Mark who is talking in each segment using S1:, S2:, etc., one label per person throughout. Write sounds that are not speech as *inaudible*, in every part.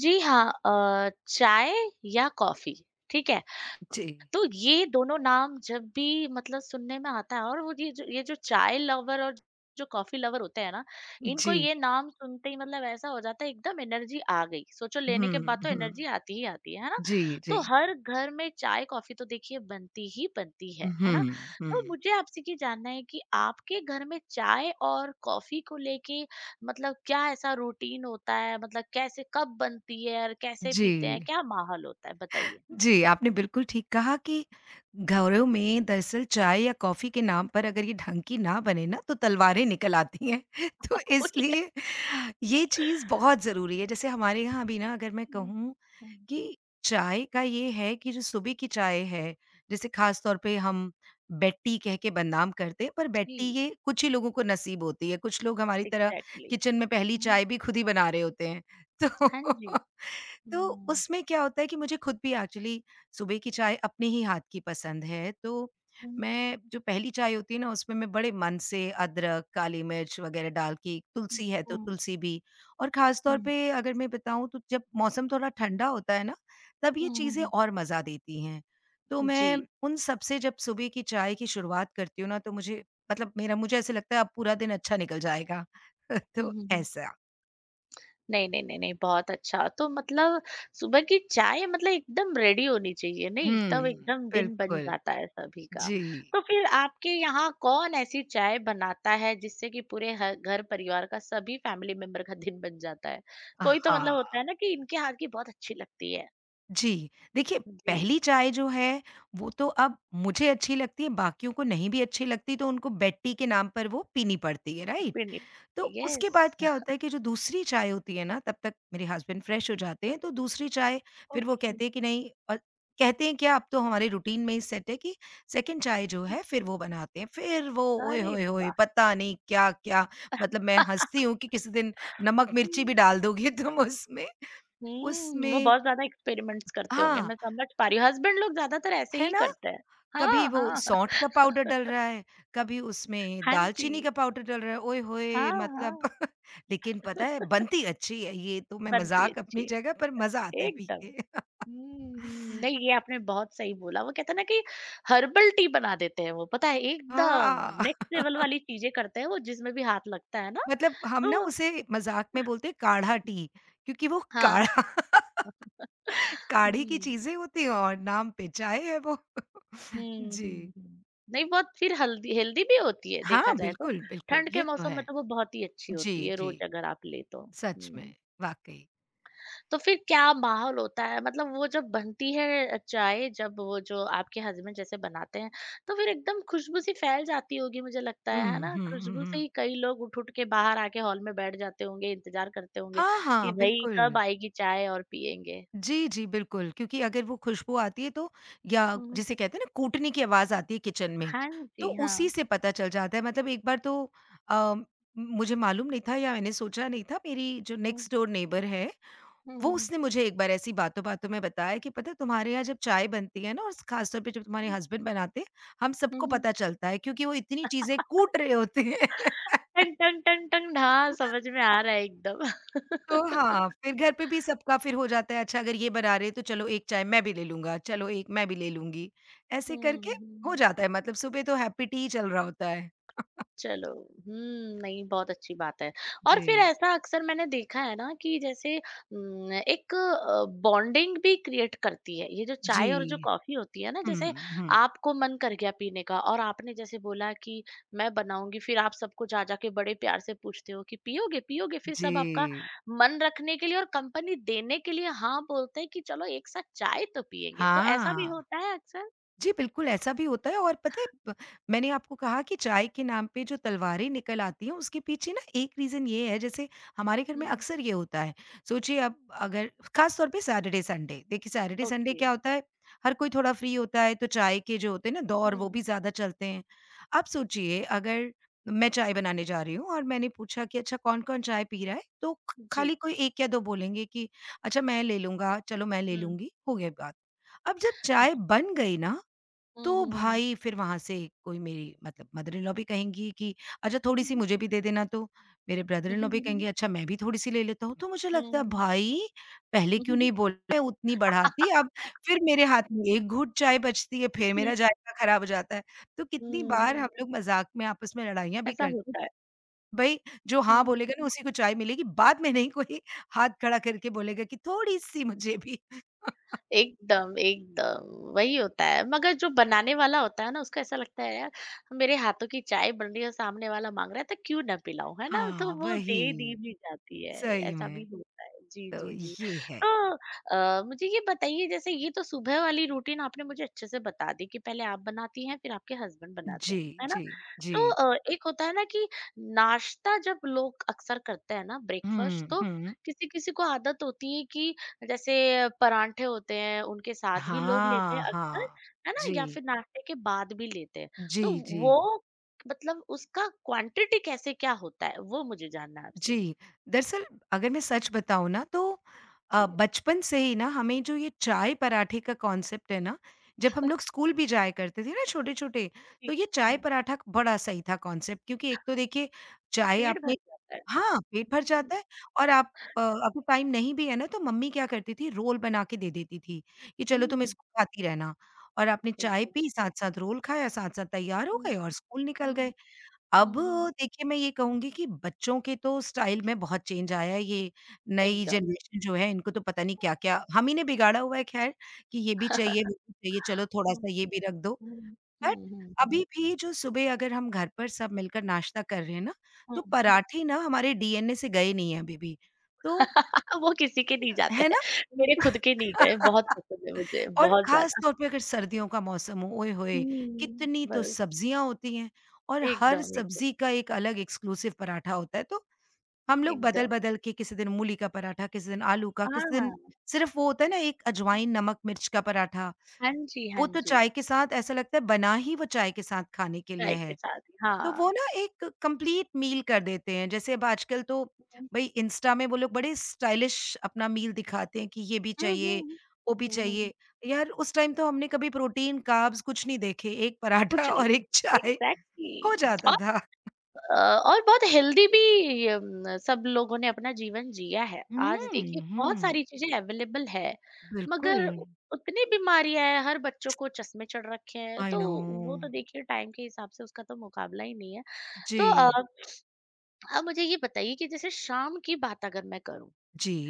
S1: जी हाँ चाय या कॉफ़ी, ठीक है?
S2: जी,
S1: तो ये दोनों नाम जब भी मतलब सुनने में आता है और वो ये जो चाय लवर और जो कॉफी लवर होते हैं ना, इनको
S2: जी।
S1: ये नाम सुनते ही मतलब ऐसा हो जाता है एकदम एनर्जी आ गई। सोचो लेने
S2: हुँ,
S1: के बाद तो
S2: हुँ।
S1: एनर्जी आती ही आती है ना?
S2: जी, जी।
S1: तो हर घर में चाय कॉफी तो देखिए बनती ही बनती है ना?
S2: हुँ,
S1: तो
S2: हुँ।
S1: मुझे आपसे ये जानना है कि आपके घर में चाय और कॉफी को लेके मतलब क्या ऐसा रूटीन होता है? मतलब कैसे कब बनती है और कैसे पीते हैं?
S2: जी।
S1: क्या माहौल होता है? बताइए।
S2: जी, आपने बिल्कुल ठीक कहा कि घरों में दरअसल चाय या कॉफ़ी के नाम पर अगर ये ढंग की ना बने ना तो तलवारें निकल आती हैं। *laughs* तो
S1: *laughs*
S2: इसलिए ये चीज़ बहुत ज़रूरी है। जैसे हमारे यहाँ भी ना अगर मैं
S1: हुँ,
S2: कहूँ
S1: हुँ,
S2: कि चाय का ये है कि जो सुबह की चाय है, जैसे ख़ास तौर पे हम बेड टी कह के बदनाम करते हैं, पर बेड टी
S1: जी,
S2: ये कुछ ही लोगों को नसीब होती है। कुछ लोग हमारी तरह
S1: एग्ज़ैक्टली
S2: किचन में पहली
S1: हुँ,
S2: चाय भी खुद ही बना रहे होते हैं। *laughs* तो
S1: हाँ जी।
S2: तो
S1: हुँ,
S2: उसमें क्या होता है कि मुझे खुद भी एक्चुअली सुबह की चाय अपने ही हाथ की पसंद है, तो
S1: हुँ,
S2: मैं जो पहली चाय होती है ना, उसमें मैं बड़े मन से अदरक, काली मिर्च वग़ैरह डाल के
S1: हुँ,
S2: तुलसी है तो
S1: हुँ,
S2: तुलसी भी और ख़ास तौर
S1: हुँ,
S2: पे अगर मैं बताऊँ तो जब मौसम थोड़ा ठंडा होता है ना, तब ये
S1: हुँ,
S2: चीज़ें
S1: हुँ,
S2: और मज़ा देती हैं। तो
S1: हुँ, जी।
S2: मैं उन सब से जब सुबह की चाय की शुरुआत करती हूँ ना, तो मुझे मतलब मेरा मुझे ऐसे लगता है अब पूरा दिन अच्छा निकल जाएगा। *laughs*
S1: हुँ,
S2: तो
S1: हुँ, हुँ।
S2: ऐसा।
S1: नहीं, नहीं, नहीं, नहीं, बहुत अच्छा। तो मतलब सुबह की चाय मतलब एकदम रेडी होनी चाहिए, नहीं? तब
S2: हुँ।
S1: एकदम दिन बन
S2: बिल्कुल।
S1: जाता है सभी का।
S2: जी।
S1: तो फिर आपके यहाँ कौन ऐसी चाय बनाता है जिससे कि पूरे ह घर परिवार का सभी फैमिली मेंबर का दिन बन जाता है? कोई तो मतलब
S2: हाँ,
S1: होता है ना कि इनके हाथ की बहुत अच्छी लगती है।
S2: जी। देखिए,
S1: जी,
S2: पहली चाय जो है, वो तो अब मुझे अच्छी लगती है, बाकियों को नहीं भी अच्छी लगती, तो उनको बेटी के नाम पर वो पीनी पड़ती है, राइट?
S1: पीनी
S2: तो उसके बाद
S1: यस।
S2: क्या होता है कि जो दूसरी चाय होती है ना, तब तक मेरे हस्बैंड फ्रेश हो जाते हैं, तो दूसरी चाय फिर वो
S1: ओके,
S2: कहते हैं कि नहीं कहते हैं क्या, अब तो हमारे रूटीन में ही सेट है कि सेकंड चाय जो है, फिर वो बनाते हैं। फिर वो ओए
S1: अरे
S2: होए होए!
S1: वाह!
S2: पता नहीं क्या-क्या मतलब मैं हँसती हूँ कि किसी दिन नमक-मिर्ची भी डाल दोगे *laughs* तुम उसमें,
S1: हुँ, वो
S2: उसमें
S1: बहुत ज़्यादा एक्सपेरिमेंट्स करते होंगे,
S2: हाँ,
S1: मैं समझ पा रही हूँ, हस्बैंड लोग ज़्यादातर ऐसे
S2: है
S1: ही
S2: ना?
S1: करते हैं।
S2: कभी
S1: हाँ,
S2: वो
S1: हाँ,
S2: सौंठ का पाउडर डल रहा है, कभी उसमें
S1: हाँ जी,
S2: दालचीनी का पाउडर डल रहा है, ओए होए!
S1: हाँ,
S2: मतलब
S1: हाँ।
S2: *laughs* लेकिन पता है
S1: *laughs*
S2: बनती अच्छी है ये तो मैं
S1: बनती
S2: मज़ाक
S1: अच्छी
S2: अपनी
S1: है,
S2: जगह पर मज़ा आता है पी
S1: एकदम।
S2: के। *laughs*
S1: हुँ, हुँ, नहीं ये आपने बहुत सही बोला, वो कहते हैं ना कि हर्बल टी बना देते हैं वो, पता है एकदम
S2: हाँ,
S1: नेक्स्ट लेवल
S2: *laughs*
S1: वाली चीज़ें करते हैं वो जिसमें भी हाथ लगता है ना,
S2: मतलब हम ना
S1: तो
S2: उसे मज़ाक में बोलते हैं काढ़ा टी क्योंकि वो
S1: हाँ।
S2: काढ़ा *laughs*
S1: *laughs*
S2: काढ़े की
S1: हुँ।
S2: चीज़ें होती हैं और नाम पे चाय है वो। *laughs*
S1: हुँ,
S2: जी।
S1: हुँ, हुँ। नहीं बहुत फिर हल्दी हेल्दी भी होती है
S2: हाँ,
S1: देखा जाए तो।
S2: बिल्कुल, बिल्कुल,
S1: ठंड के
S2: ये तो
S1: मौसम में
S2: है।
S1: तो वो बहुत ही अच्छी होती
S2: जी,
S1: है
S2: जी,
S1: रोज़ अगर आप लें तो।
S2: सच में,
S1: हुँ।
S2: वाक़ई।
S1: तो फिर क्या माहौल होता है मतलब वो जब बनती है चाय जब वो जो आपके हस्बैंड जैसे बनाते हैं, तो फिर एकदम खुशबू सी फैल जाती होगी मुझे लगता
S2: हुँ,
S1: है ना?
S2: हुँ, हुँ,
S1: खुशबू से
S2: हुँ।
S1: ही कई लोग उठ-उठ के बाहर आके हॉल में बैठ जाते होंगे, इंतज़ार करते होंगे
S2: हाँ,
S1: कि
S2: हाँ,
S1: भई कब
S2: बिल्कुल।
S1: आएगी चाय और पिएँगे।
S2: जी, जी, बिल्कुल, क्योंकि अगर वो खुशबू आती है तो या
S1: हुँ, हुँ।
S2: जिसे कहते हैं ना कूटने की आवाज़ आती है किचन में,
S1: हाँ
S2: तो
S1: जी,
S2: उसी
S1: हाँ।
S2: से पता चल जाता है। मतलब एक बार तो अ, मुझे मालूम नहीं था या मैंने सोचा नहीं था, मेरी जो
S1: हुँ।
S2: नेक्स्ट डोर नेबर है,
S1: हुँ,
S2: वो
S1: हुँ, हुँ।
S2: उसने मुझे एक बार ऐसी बातों-बातों में बताया कि पता है तुम्हारे यहाँ जब चाय बनती है ना और खास तौर पे जब तुम्हारे हस्बैंड बनाते हैं, हम
S1: हुँ,
S2: सबको
S1: हुँ।
S2: पता चलता है क्योंकि वो इतनी चीज़ें कूट
S1: *laughs*
S2: रहे होते हैं। *laughs*
S1: टंग टंग टंग टंग हाँ, समझ में आ रहा है
S2: तो
S1: एकदम।
S2: हाँ,
S1: *laughs*
S2: फिर घर पे भी सबका फिर हो जाता है अच्छा अगर ये बना रहे हैं तो चलो एक चाय मैं भी ले लूँगा, चलो एक मैं भी ले लूँगी। ऐसे
S1: हुँ,
S2: करके हो
S1: हुँ।
S2: जाता है मतलब सुबह तो हैप्पी टी चल रहा होता है।
S1: चलो, हुँ, नहीं बहुत अच्छी बात है। और
S2: जी।
S1: फिर ऐसा अक्सर मैंने देखा है ना कि जैसे एक बॉन्डिंग भी क्रिएट करती है। ये जो
S2: जी।
S1: चाय और जो कॉफ़ी होती है ना,
S2: हुँ,
S1: जैसे
S2: हुँ।
S1: आपको मन कर गया पीने का और आपने जैसे बोला कि मैं बनाऊँगी, फिर आप सबको जा-जा के बड़े प्यार से पूछते हो कि पियोगे, पियोगे? फिर
S2: जी।
S1: सब आपका मन रखने के लिए और कंपनी देने के लिए हाँ बोलते हैं कि चलो एक साथ चाय तो पिएँगे। तो ऐसा भी
S2: हाँ।
S1: होता है अक्सर?
S2: जी, बिल्कुल ऐसा भी होता है और पता है ब मैंने आपको कहा कि चाय के नाम पे जो तलवारें निकल आती हैं उसके पीछे ना एक रीज़न ये है जैसे हमारे घर में
S1: हुँ,
S2: अक्सर ये होता है। सोचिए अब अगर ख़ास तौर पे सैटरडे, संडे देखिए सैटरडे, संडे
S1: ओके।
S2: क्या होता है हर कोई थोड़ा फ्री होता है तो चाय के जो होते हैं ना दौर वो
S1: हुँ,
S2: भी ज़्यादा चलते हैं। आप सोचिए अगर मैं चाय बनाने जा रही हूँ और मैंने पूछा कि अच्छा कौन-कौन चाय पी रहा है? तो ख
S1: जी।
S2: खाली कोई एक या दो बोलेंगे कि अच्छा मैं ले लूँगा, चलो मैं ले
S1: हुँ,
S2: लूँगी, हो गई बात। अब जब चाय बन गई ना
S1: हुँ,
S2: तो
S1: हुँ, हुँ।
S2: भाई फिर वहाँ से कोई मेरी मतलब मदर इन लॉ भी कहेंगी कि अच्छा
S1: हुँ,
S2: थोड़ी-सी
S1: हुँ,
S2: मुझे भी दे देना तो, मेरे ब्रदर
S1: हुँ,
S2: इन लॉ
S1: हुँ,
S2: भी
S1: हुँ,
S2: कहेंगे अच्छा मैं भी थोड़ी-सी ले लेता हूँ। तो मुझे लगता है भाई पहले
S1: हुँ,
S2: क्यों
S1: हुँ,
S2: नहीं बोला मैं उतनी बढ़ाती अब फिर मेरे हाथ में एक घूँट चाय बचती है फिर
S1: हुँ,
S2: मेरा जायका खराब हो जाता है। तो
S1: हुँ,
S2: कितनी
S1: हुँ,
S2: बार हम लोग मज़ाक में आपस में लड़ाइयाँ भी
S1: ऐसा
S2: करते हैं।
S1: होता है।
S2: भई जो हाँ
S1: हुँ।
S2: बोलेगा ना उसी को चाय मिलेगी, बाद में नहीं कोई हाथ खड़ा करके बोलेगा कि थोड़ी-सी मुझे भी।
S1: एकदम, एकदम, वही होता है। मगर जो बनाने वाला होता है ना, उसको ऐसा लगता है यार, मेरे हाथों की चाय बन रही है और सामने वाला माँग रहा है, तो क्यों ना पिलाऊँ, है ना? तो
S2: हाँ,
S1: वो दे दी
S2: वही।
S1: भी जाती है,
S2: सही
S1: ऐसा भी
S2: में।
S1: होता है। जी,
S2: तो
S1: जी, जी।
S2: ये है।
S1: तो मुझे ये बताइए जैसे ये तो सुबह वाली रूटीन आपने मुझे अच्छे से बता दी कि पहले आप बनाती हैं, फिर आपके हस्बैंड बनाते
S2: जी,
S1: हैं, है ना?
S2: जी, जी।
S1: तो एक होता है ना कि नाश्ता जब लोग अक्सर करते हैं ना ब्रेकफ़ास्ट
S2: हुँ,
S1: तो
S2: हुँ।
S1: किसी-किसी को आदत होती है कि जैसे परांठे होते हैं, उनके साथ भी लोग लेते हैं
S2: हाँ,
S1: अक्सर,
S2: हाँ।
S1: है ना? या
S2: जी,
S1: फिर नाश्ते के बाद भी लेते हैं।
S2: जी,
S1: तो
S2: जी,
S1: वो मतलब उसका क्वांटिटी कैसे क्या होता है? वो मुझे जानना है आपसे।
S2: जी। दरअसल अगर मैं सच बताऊँ ना तो
S1: जी,
S2: बचपन से ही ना हमें जो ये चाय-पराठे का कॉन्सेप्ट है ना, जब हम लोग स्कूल भी जाया करते थे ना छोटे-छोटे,
S1: जी।
S2: तो ये
S1: हुँ,
S2: चाय-पराठा बड़ा सही था कॉन्सेप्ट क्योंकि एक तो देखिए चाय
S1: पेट भर
S2: आपने
S1: जाता है।
S2: हाँ, पेट भर जाता है और आप अगर टाइम नहीं भी है ना तो मम्मी क्या करती थी रोल बना के दे देती थी, कि
S1: हुँ,
S2: चलो तुम
S1: हुँ,
S2: इसको खाती रहना और आपने चाय
S1: एकदम।
S2: पी, साथ-साथ रोल खाया, साथ-साथ तैयार हो
S1: हुँ,
S2: गए और स्कूल निकल
S1: हुँ,
S2: गए। अब
S1: हुँ, हुँ,
S2: देखिए मैं ये कहूँगी कि बच्चों के तो स्टाइल में बहुत चेंज आया है, ये नई
S1: एकदम।
S2: जनरेशन जो है इनको तो पता नहीं क्या-क्या हम ही ने बिगाड़ा हुआ है खैर, कि ये भी चाहिए, वो भी चाहिए, चलो
S1: हुँ,
S2: थोड़ा-सा ये भी रख दो।
S1: हुँ,
S2: बट
S1: हुँ, हुँ, हुँ,
S2: अभी भी जो सुबह अगर हम घर पर सब मिलकर नाश्ता कर रहे हैं ना,
S1: हुँ।
S2: तो हुँ।
S1: *laughs*
S2: पराठे ना हमारे डीएनए से गए नहीं हैं अभी भी। तो
S1: वो किसी के नहीं जाते
S2: है
S1: हैं,
S2: ना?
S1: मेरे खुद के नहीं गए,
S2: *laughs*
S1: बहुत पसंद है मुझे,
S2: और
S1: बहुत
S2: ख़ास
S1: ज़्यादा।
S2: तौर पे अगर सर्दियों का मौसम हो, ओए होए!
S1: हुँ,
S2: कितनी तो
S1: बस,
S2: सब्जियाँ होती हैं और हर
S1: एकदम, एकदम,
S2: सब्ज़ी का एक अलग एक्सक्लूसिव पराठा होता है। तो हम लोग
S1: एकदम।
S2: बदल-बदल के किसी दिन मूली का पराठा, किसी दिन आलू का, किसी
S1: हाँ।
S2: दिन सिर्फ़ वो होता है ना एक अजवाइन, नमक, मिर्च का पराठा।
S1: हाँ जी, हाँ
S2: वो तो
S1: जी।
S2: चाय के साथ ऐसा लगता है बना ही वो चाय के साथ खाने के लिए
S1: चाय के
S2: है।
S1: साथ ही,
S2: तो
S1: हाँ।
S2: वो ना एक कंप्लीट मील कर देते हैं। जैसे अब आजकल तो
S1: हुँ,
S2: भई इंस्टा में वो लोग बड़े स्टाइलिश अपना मील दिखाते हैं कि ये भी
S1: हुँ,
S2: चाहिए,
S1: हुँ।
S2: वो भी
S1: हुँ, हुँ।
S2: चाहिए। यार उस टाइम तो हमने कभी प्रोटीन, कार्ब्स कुछ नहीं देखे, एक पराठा
S1: कुछ
S2: *laughs*
S1: नहीं
S2: और एक चाय हो
S1: एग्ज़ैक्टली
S2: जाता
S1: और
S2: था।
S1: अ, और बहुत हेल्दी भी सब लोगों ने अपना जीवन जिया है।
S2: हुँ,
S1: आज देखिए बहुत
S2: हुँ।
S1: सारी चीज़ें अवेलेबल है,
S2: बिल्कुल।
S1: मगर उतनी बीमारियाँ हैं, हर बच्चों को चश्मे चढ़ रखे हैं,
S2: आई
S1: तो
S2: नो।
S1: वो तो देखिए टाइम के हिसाब से उसका तो मुकाबला ही नहीं है। तो
S2: जी।
S1: आप मुझे ये बताइए कि जैसे शाम की बात अगर मैं करूँ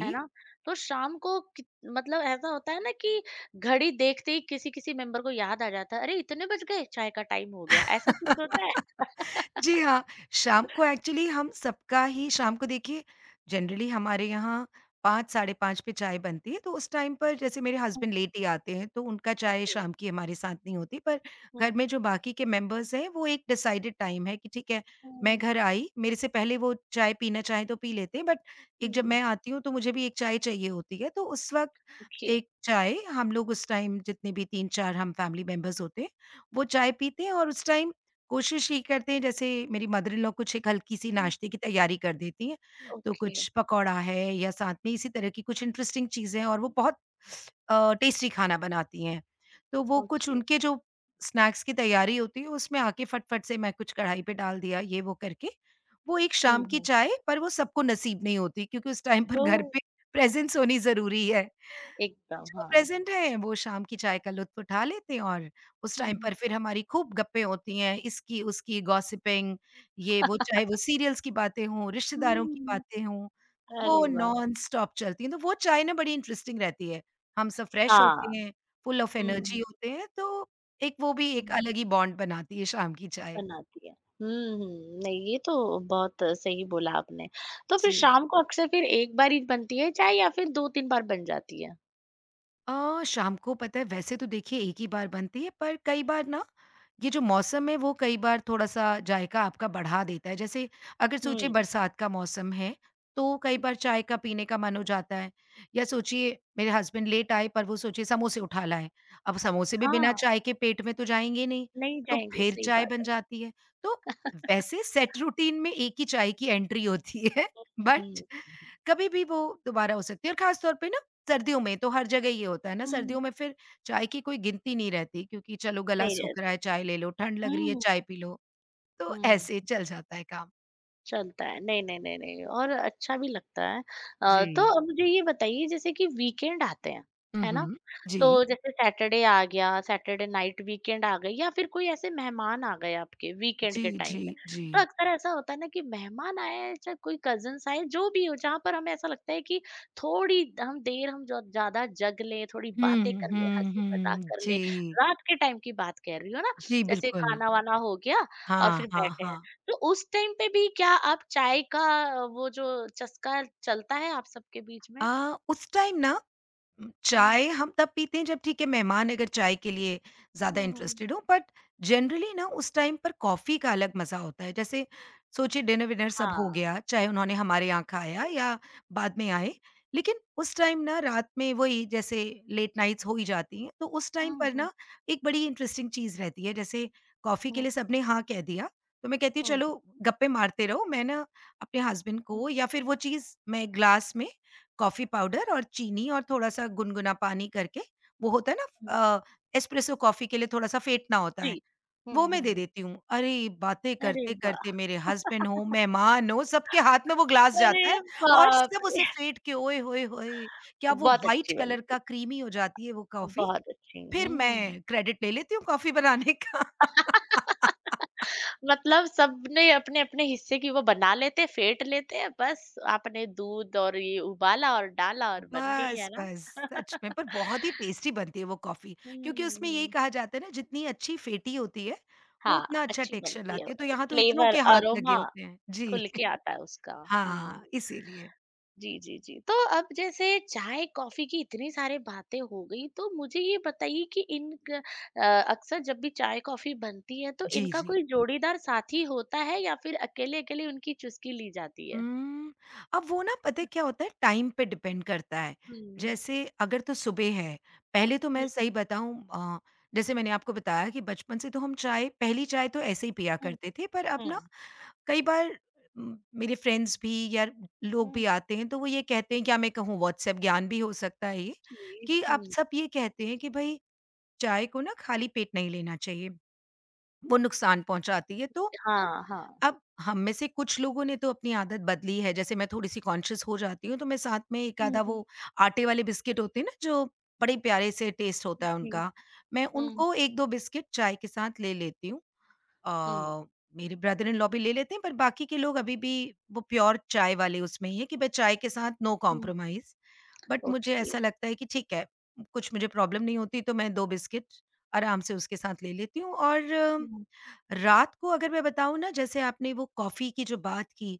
S1: है ना? तो शाम को कित मतलब ऐसा होता है ना कि घड़ी देखते ही किसी-किसी मेंबर को याद आ जाता है, "अरे! इतने बज गए, चाय का टाइम हो गया।" ऐसा कुछ होता है?
S2: *laughs*
S1: *laughs*
S2: जी हाँ, शाम को एक्चुअली हम सबका ही शाम को देखिए जनरली हमारे यहाँ 5 साढ़े 5 पे चाय बनती है, तो उस टाइम पर जैसे मेरे
S1: हुँ,
S2: हस्बैंड लेट ही आते हैं, तो उनका चाय
S1: ओके।
S2: शाम की हमारे साथ नहीं होती, पर घर
S1: हुँ,
S2: में जो बाकी के मेंबर्स हैं, वो एक डिसाइडेड टाइम है कि ठीक है, मैं
S1: हुँ,
S2: घर आई, मेरे से पहले वो चाय पीना चाहें तो पी लेते हैं, बट एक
S1: हुँ,
S2: जब
S1: हुँ,
S2: मैं आती हूँ, तो मुझे भी एक चाय चाहिए होती है, तो उस वक़्त
S1: ओके।
S2: एक चाय हम लोग उस टाइम जितने भी 3-4 हम फैमिली मेंबर्स होते हैं, वो चाय पीते हैं और उस टाइम कोशिश ये करते हैं जैसे मेरी मदर इन लॉ कुछ एक हल्की-सी
S1: हुँ,
S2: नाश्ते की तैयारी कर देती हैं, तो
S1: ओके,
S2: कुछ पकौड़ा है या साथ में इसी तरह की कुछ इंटरेस्टिंग चीज़ें और वो बहुत टेस्टी खाना बनाती हैं। तो वो कुछ
S1: ओके।
S2: उनके जो स्नैक्स की तैयारी होती है उसमें आके फट-फट से मैं कुछ कढ़ाई पे डाल दिया, ये वो करके। वो एक
S1: हुँ,
S2: शाम की
S1: हुँ।
S2: चाय पर वो सबको नसीब नहीं होती क्योंकि उस टाइम पर
S1: ओह!
S2: घर पे प्रेज़ेंस होनी ज़रूरी है।
S1: एकदम,
S2: जो
S1: हाँ।
S2: प्रेज़ेंट है, वो शाम की चाय का लुत्फ़ उठा लेते हैं और उस
S1: हुँ,
S2: टाइम
S1: हुँ।
S2: पर फिर हमारी खूब गप्पें होती हैं, इसकी, उसकी गॉसिपिंग ये वो चाहे वो सीरियल्स की बातें हों, रिश्तेदारों हुँ। की
S1: हुँ,
S2: बातें हों,
S1: *laughs* अरे
S2: वो
S1: वाह!
S2: नॉन-स्टॉप चलती हैं। तो वो चाय ना बड़ी इंटरेस्टिंग रहती है। हम सब फ्रेश होते
S1: हाँ,
S2: हैं, फुल ऑफ एनर्जी
S1: हुँ,
S2: होते हैं, तो एक वो भी एक
S1: हुँ।
S2: अलग ही बॉन्ड बनाती है शाम की चाय।
S1: बनाती है। हुँ, हुँ। नहीं, ये तो बहुत सही बोला आपने। तो फिर
S2: जी।
S1: शाम को अक्सर फिर एक बार ही बनती है चाय या फिर 2-3 बार बन जाती है?
S2: शाम को पता है वैसे तो देखिए एक ही बार बनती है पर कई बार ना ये जो मौसम है वो कई बार थोड़ा-सा जायका आपका बढ़ा देता है। जैसे अगर सोचिए
S1: हुँ।
S2: बरसात का मौसम है, तो कई बार चाय का पीने का मन हो जाता है या सोचिए मेरे हस्बैंड लेट आए पर वो सोचिए समोसे उठा लाए। अब समोसे भी बिना
S1: हाँ,
S2: चाय के पेट में तो जाएँगे नहीं,
S1: नहीं
S2: तो
S1: जाएँगे,
S2: फिर
S1: सही
S2: चाय
S1: बात
S2: बन
S1: है।
S2: जाती है। तो वैसे
S1: *laughs*
S2: सेट रूटीन में एक ही चाय की एंट्री होती है *laughs*
S1: हुँ,
S2: बट
S1: हुँ,
S2: कभी भी वो दोबारा हो सकती है और ख़ास तौर पे ना सर्दियों में तो हर जगह ये होता है ना,
S1: हुँ।
S2: सर्दियों में फिर चाय की कोई गिनती नहीं रहती क्योंकि चलो गला
S1: नहीं
S2: सूख रहा
S1: रहती।
S2: है, चाय ले लो, ठंड लग रही है,
S1: हुँ,
S2: चाय पी लो। तो
S1: हुँ।
S2: ऐसे चल जाता है काम।
S1: चलता है। नहीं, नहीं, नहीं, नहीं और अच्छा भी लगता है। तो
S2: जी।
S1: अब मुझे ये बताइए जैसे कि वीकेंड आते हैं,
S2: हुँ,
S1: है ना?
S2: हुँ। जी।
S1: तो जैसे सैटरडे आ गया, सैटरडे नाइट वीकेंड आ गई या फिर कोई ऐसे मेहमान आ गए आपके वीकेंड
S2: जी,
S1: के टाइम
S2: जी,
S1: में।
S2: जी।
S1: तो अक्सर ऐसा होता है ना कि मेहमान आए हैं, चाहे कोई कज़िन्स आए, जो भी हो, जहाँ पर हमें ऐसा लगता है कि थोड़ी हम देर हम जो ज़्यादा जग लें, थोड़ी बातें
S2: हुँ,
S1: कर लें,
S2: हुँ,
S1: हँसी-मज़ाक
S2: हुँ।
S1: कर लें।
S2: जी।
S1: रात के टाइम की बात कह रही हूँ ना,
S2: जी,
S1: जैसे
S2: बिल्कुल।
S1: खाना-वाना हो गया और
S2: हाँ,
S1: फिर
S2: हाँ,
S1: बैठे हैं।
S2: हाँ।
S1: तो उस टाइम पे भी क्या आप चाय का वो जो चस्का चलता है आप सबके बीच में?
S2: उस टाइम ना
S1: हुँ।
S2: चाय हम तब पीते हैं जब ठीक है मेहमान अगर चाय के लिए ज़्यादा
S1: हुँ, हुँ, हुँ।
S2: इंटरेस्टेड हो बट जनरली ना उस टाइम पर कॉफ़ी का अलग मज़ा होता है। जैसे सोचिए डिनर-विनर सब हो
S1: हाँ।
S2: गया, चाहे उन्होंने हमारे यहाँ खाया
S1: हुँ,
S2: या बाद में आए, लेकिन उस टाइम ना रात में वही जैसे लेट नाइट्स हो ही जाती हैं, तो उस टाइम
S1: हुँ,
S2: पर
S1: हुँ,
S2: ना एक बड़ी इंटरेस्टिंग चीज़ रहती है। जैसे कॉफ़ी के लिए सबने हाँ कह दिया, तो मैं कहती हूँ
S1: हुँ,
S2: चलो गप्पे मारते रहो, मैं ना अपने हस्बैंड
S1: हुँ,
S2: को या फिर वो चीज़ मैं ग्लास में कॉफ़ी पाउडर और चीनी और थोड़ा-सा गुनगुना पानी करके, वो होता है
S1: हुँ।
S2: ना एस्प्रेसो कॉफ़ी के लिए थोड़ा-सा फेंटना होता है,
S1: जी। हुँ,
S2: वो
S1: हुँ,
S2: मैं दे
S1: हुँ।
S2: देती हूँ। अरे! बातें
S1: अरे वाह!
S2: करते-करते मेरे हस्बैंड हो, मेहमान हो, सबके हाथ में वो ग्लास
S1: अरे
S2: जाता है और
S1: बाप
S2: सब उसे
S1: रे!
S2: फेंट के ओए होए होए! क्या वो
S1: बहुत
S2: व्हाइट
S1: अच्छी
S2: कलर
S1: बनती
S2: का क्रीमी हो जाती है वो कॉफ़ी,
S1: बहुत अच्छी
S2: फिर
S1: हुँ।
S2: मैं क्रेडिट ले लेती हूँ कॉफ़ी बनाने का। *laughs*
S1: मतलब सबने अपने-अपने हिस्से की वो बना लेते, फेंट लेते हैं बस आपने दूध और ये उबाला और डाला और बन गई है
S2: बस,
S1: ना?
S2: बस, सच में पर
S1: *laughs*
S2: बहुत ही टेस्टी बनती है वो कॉफ़ी,
S1: हुँ,
S2: क्योंकि
S1: हुँ,
S2: उसमें यही
S1: हुँ।
S2: कहा जाता है ना जितनी अच्छी फेटी होती है, वो
S1: हाँ,
S2: उतना अच्छा
S1: अच्छी
S2: टेक्सचर
S1: बनती है।
S2: लाती है, तो यहाँ तो इतनों
S1: फ्लेवर
S2: के हाथ लगे
S1: अरोमा
S2: होते हैं। जी,
S1: खुल के
S2: *laughs*
S1: आता है उसका। हुँ।
S2: हाँ, इसीलिए।
S1: जी, जी, जी। तो अब जैसे चाय, कॉफ़ी की इतनी सारी बातें हो गई तो मुझे ये बताइए कि अ, अक्सर जब भी चाय, कॉफ़ी बनती है तो
S2: जी,
S1: इनका
S2: जी।
S1: कोई जोड़ीदार साथी होता है या फिर अकेले-अकेले उनकी चुस्की ली जाती है?
S2: उम, अब वो ना पता है क्या होता है टाइम पे डिपेंड करता है,
S1: हुँ।
S2: जैसे अगर तो सुबह है, पहले तो
S1: हुँ,
S2: मैं सही बताऊँ जैसे मैंने आपको बताया कि बचपन से तो हम चाय पहली चाय तो ऐसे ही पिया
S1: हुँ,
S2: करते थे, पर अब ना
S1: हुँ।
S2: कई बार मेरे फ्रेंड्स भी या लोग
S1: हुँ।
S2: भी आते हैं तो वो ये कहते हैं क्या मैं कहूँ व्हाट्सएप ज्ञान भी हो सकता है ये,
S1: जी,
S2: कि अब
S1: हुँ।
S2: सब ये कहते हैं कि भई चाय को ना खाली पेट नहीं लेना चाहिए, वो नुकसान पहुँचाती है। तो
S1: हाँ, हाँ।
S2: अब हम में से कुछ लोगों ने तो अपनी आदत बदली है, जैसे मैं थोड़ी-सी कॉन्शियस हो जाती हूँ तो मैं साथ में 1
S1: हुँ,
S2: आधा
S1: हुँ।
S2: वो आटे वाले बिस्किट होते हैं ना जो बड़े प्यारे से टेस्ट होता है
S1: जी।
S2: उनका, मैं
S1: हुँ,
S2: उनको 1, 2 बिस्किट चाय के साथ ले लेती हूँ।
S1: हुँ।
S2: अ, मेरे ब्रदर इन लॉ भी ले लेते हैं, पर बाकी के लोग अभी भी वो प्योर चाय वाले उसमें ही हैं कि भाई चाय के साथ नो
S1: हुँ।
S2: कॉम्प्रोमाइज़। बट मुझे
S1: ओके।
S2: ऐसा लगता है कि ठीक है, कुछ मुझे प्रॉब्लम नहीं होती तो मैं 2 बिस्किट आराम से उसके साथ ले लेती हूँ और
S1: हुँ।
S2: रात को अगर मैं बताऊँ ना जैसे आपने वो कॉफ़ी की जो बात की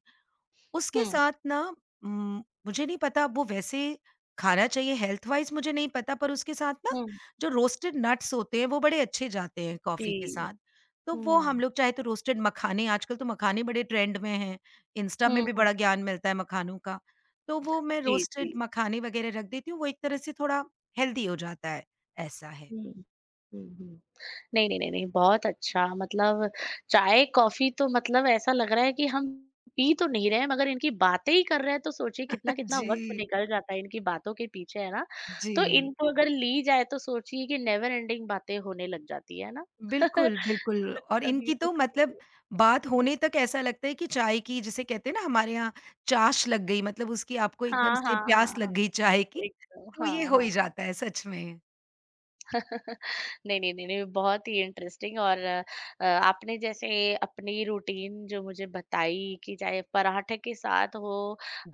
S2: उसके
S1: हुँ,
S2: साथ ना मुझे नहीं पता वो वैसे खाना चाहिए हेल्थ वाइज़ मुझे नहीं पता पर उसके साथ ना
S1: हुँ।
S2: जो रोस्टेड नट्स होते हैं वो बड़े अच्छे जाते हैं कॉफ़ी के
S1: जी।
S2: साथ। तो वो हम
S1: हुँ।
S2: लोग चाहे तो रोस्टेड मखाने आजकल तो मखाने बड़े ट्रेंड में हैं, इंस्टा में
S1: हुँ,
S2: भी
S1: हुँ।
S2: बड़ा ज्ञान मिलता है मखानों का। तो वो मैं
S1: जी,
S2: रोस्टेड
S1: जी।
S2: मखाने वग़ैरह रख देती हूँ, वो एक तरह से थोड़ा हेल्दी हो जाता है, ऐसा है।
S1: हुँ। हुँ, हुँ। नहीं, नहीं, नहीं, नहीं, बहुत अच्छा मतलब चाय, कॉफ़ी तो मतलब ऐसा लग रहा है कि हम पी तो नहीं रहे हैं मगर इनकी बातें ही कर रहे हैं तो सोचिए
S2: *laughs*
S1: कितना-कितना
S2: जी,
S1: वक़्त निकल जाता है इनकी बातों के पीछे, है ना?
S2: जी।
S1: तो इनको अगर ली जाए तो सोचिए कि नेवर एंडिंग बातें होने लग जाती है ना?
S2: बिल्कुल, बिल्कुल
S1: *laughs*
S2: और
S1: कभी
S2: इनकी तो
S1: दुःख
S2: मतलब बात
S1: हुँ,
S2: होने तक ऐसा लगता है कि चाय की जिसे कहते हैं ना हमारे यहाँ चाश लग गई मतलब उसकी आपको एकदम
S1: हाँ,
S2: से
S1: हाँ, हाँ,
S2: प्यास
S1: हाँ,
S2: लग गई चाय की,
S1: एकदम,
S2: तो ये
S1: हाँ,
S2: हो
S1: हाँ।
S2: ही जाता है सच में।
S1: नहीं, नहीं, नहीं, नहीं, बहुत ही इंटरेस्टिंग और आपने जैसे अपनी रूटीन जो मुझे बताई कि चाहे पराठे के साथ हो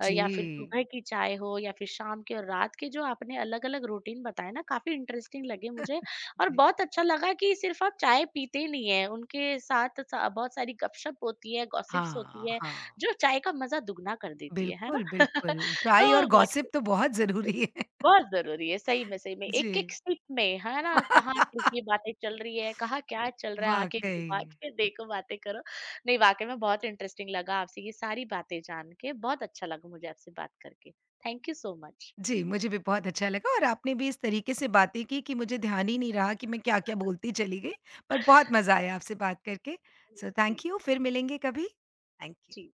S1: या फिर सुबह की चाय हो या फिर शाम की और रात के जो आपने अलग-अलग रूटीन बताए ना काफ़ी इंटरेस्टिंग लगे मुझे और
S2: जी।
S1: बहुत अच्छा लगा कि सिर्फ आप चाय पीते नहीं हैं, उनके साथ सा बहुत सारी गपशप होती है, गॉसिप्स
S2: हाँ,
S1: होती है,
S2: हाँ।
S1: जो चाय का मज़ा दुगना कर देती है ना?
S2: बिल्कुल,
S1: *laughs*
S2: बिल्कुल।
S1: तो
S2: चाय और गॉसिप
S1: वाक़ई
S2: तो बहुत ज़रूरी है। *laughs*
S1: बहुत ज़रूरी है, सही में, सही में।
S2: जी।
S1: एक-एक सिप में, है ना? कहाँ की
S2: *laughs*
S1: बातें चल रही है, कहाँ क्या चल रहा है, आके
S2: वाक़ई।
S1: घुमा के देखो, बातें करो। नहीं, वाक़ई में बहुत इंटरेस्टिंग लगा आपसे ये सारी बातें जान के। बहुत अच्छा लगा मुझे आपसे बात करके। Thank you so much.
S2: जी, मुझे भी बहुत अच्छा लगा और आपने भी इस तरीके से बातें की कि मुझे ध्यान ही नहीं रहा कि मैं क्या-क्या बोलती चली गई, पर बहुत मज़ा आया आपसे बात करके। सो
S1: जी,
S2: थैंक यू, फिर मिलेंगे कभी। Thank you.
S1: जी।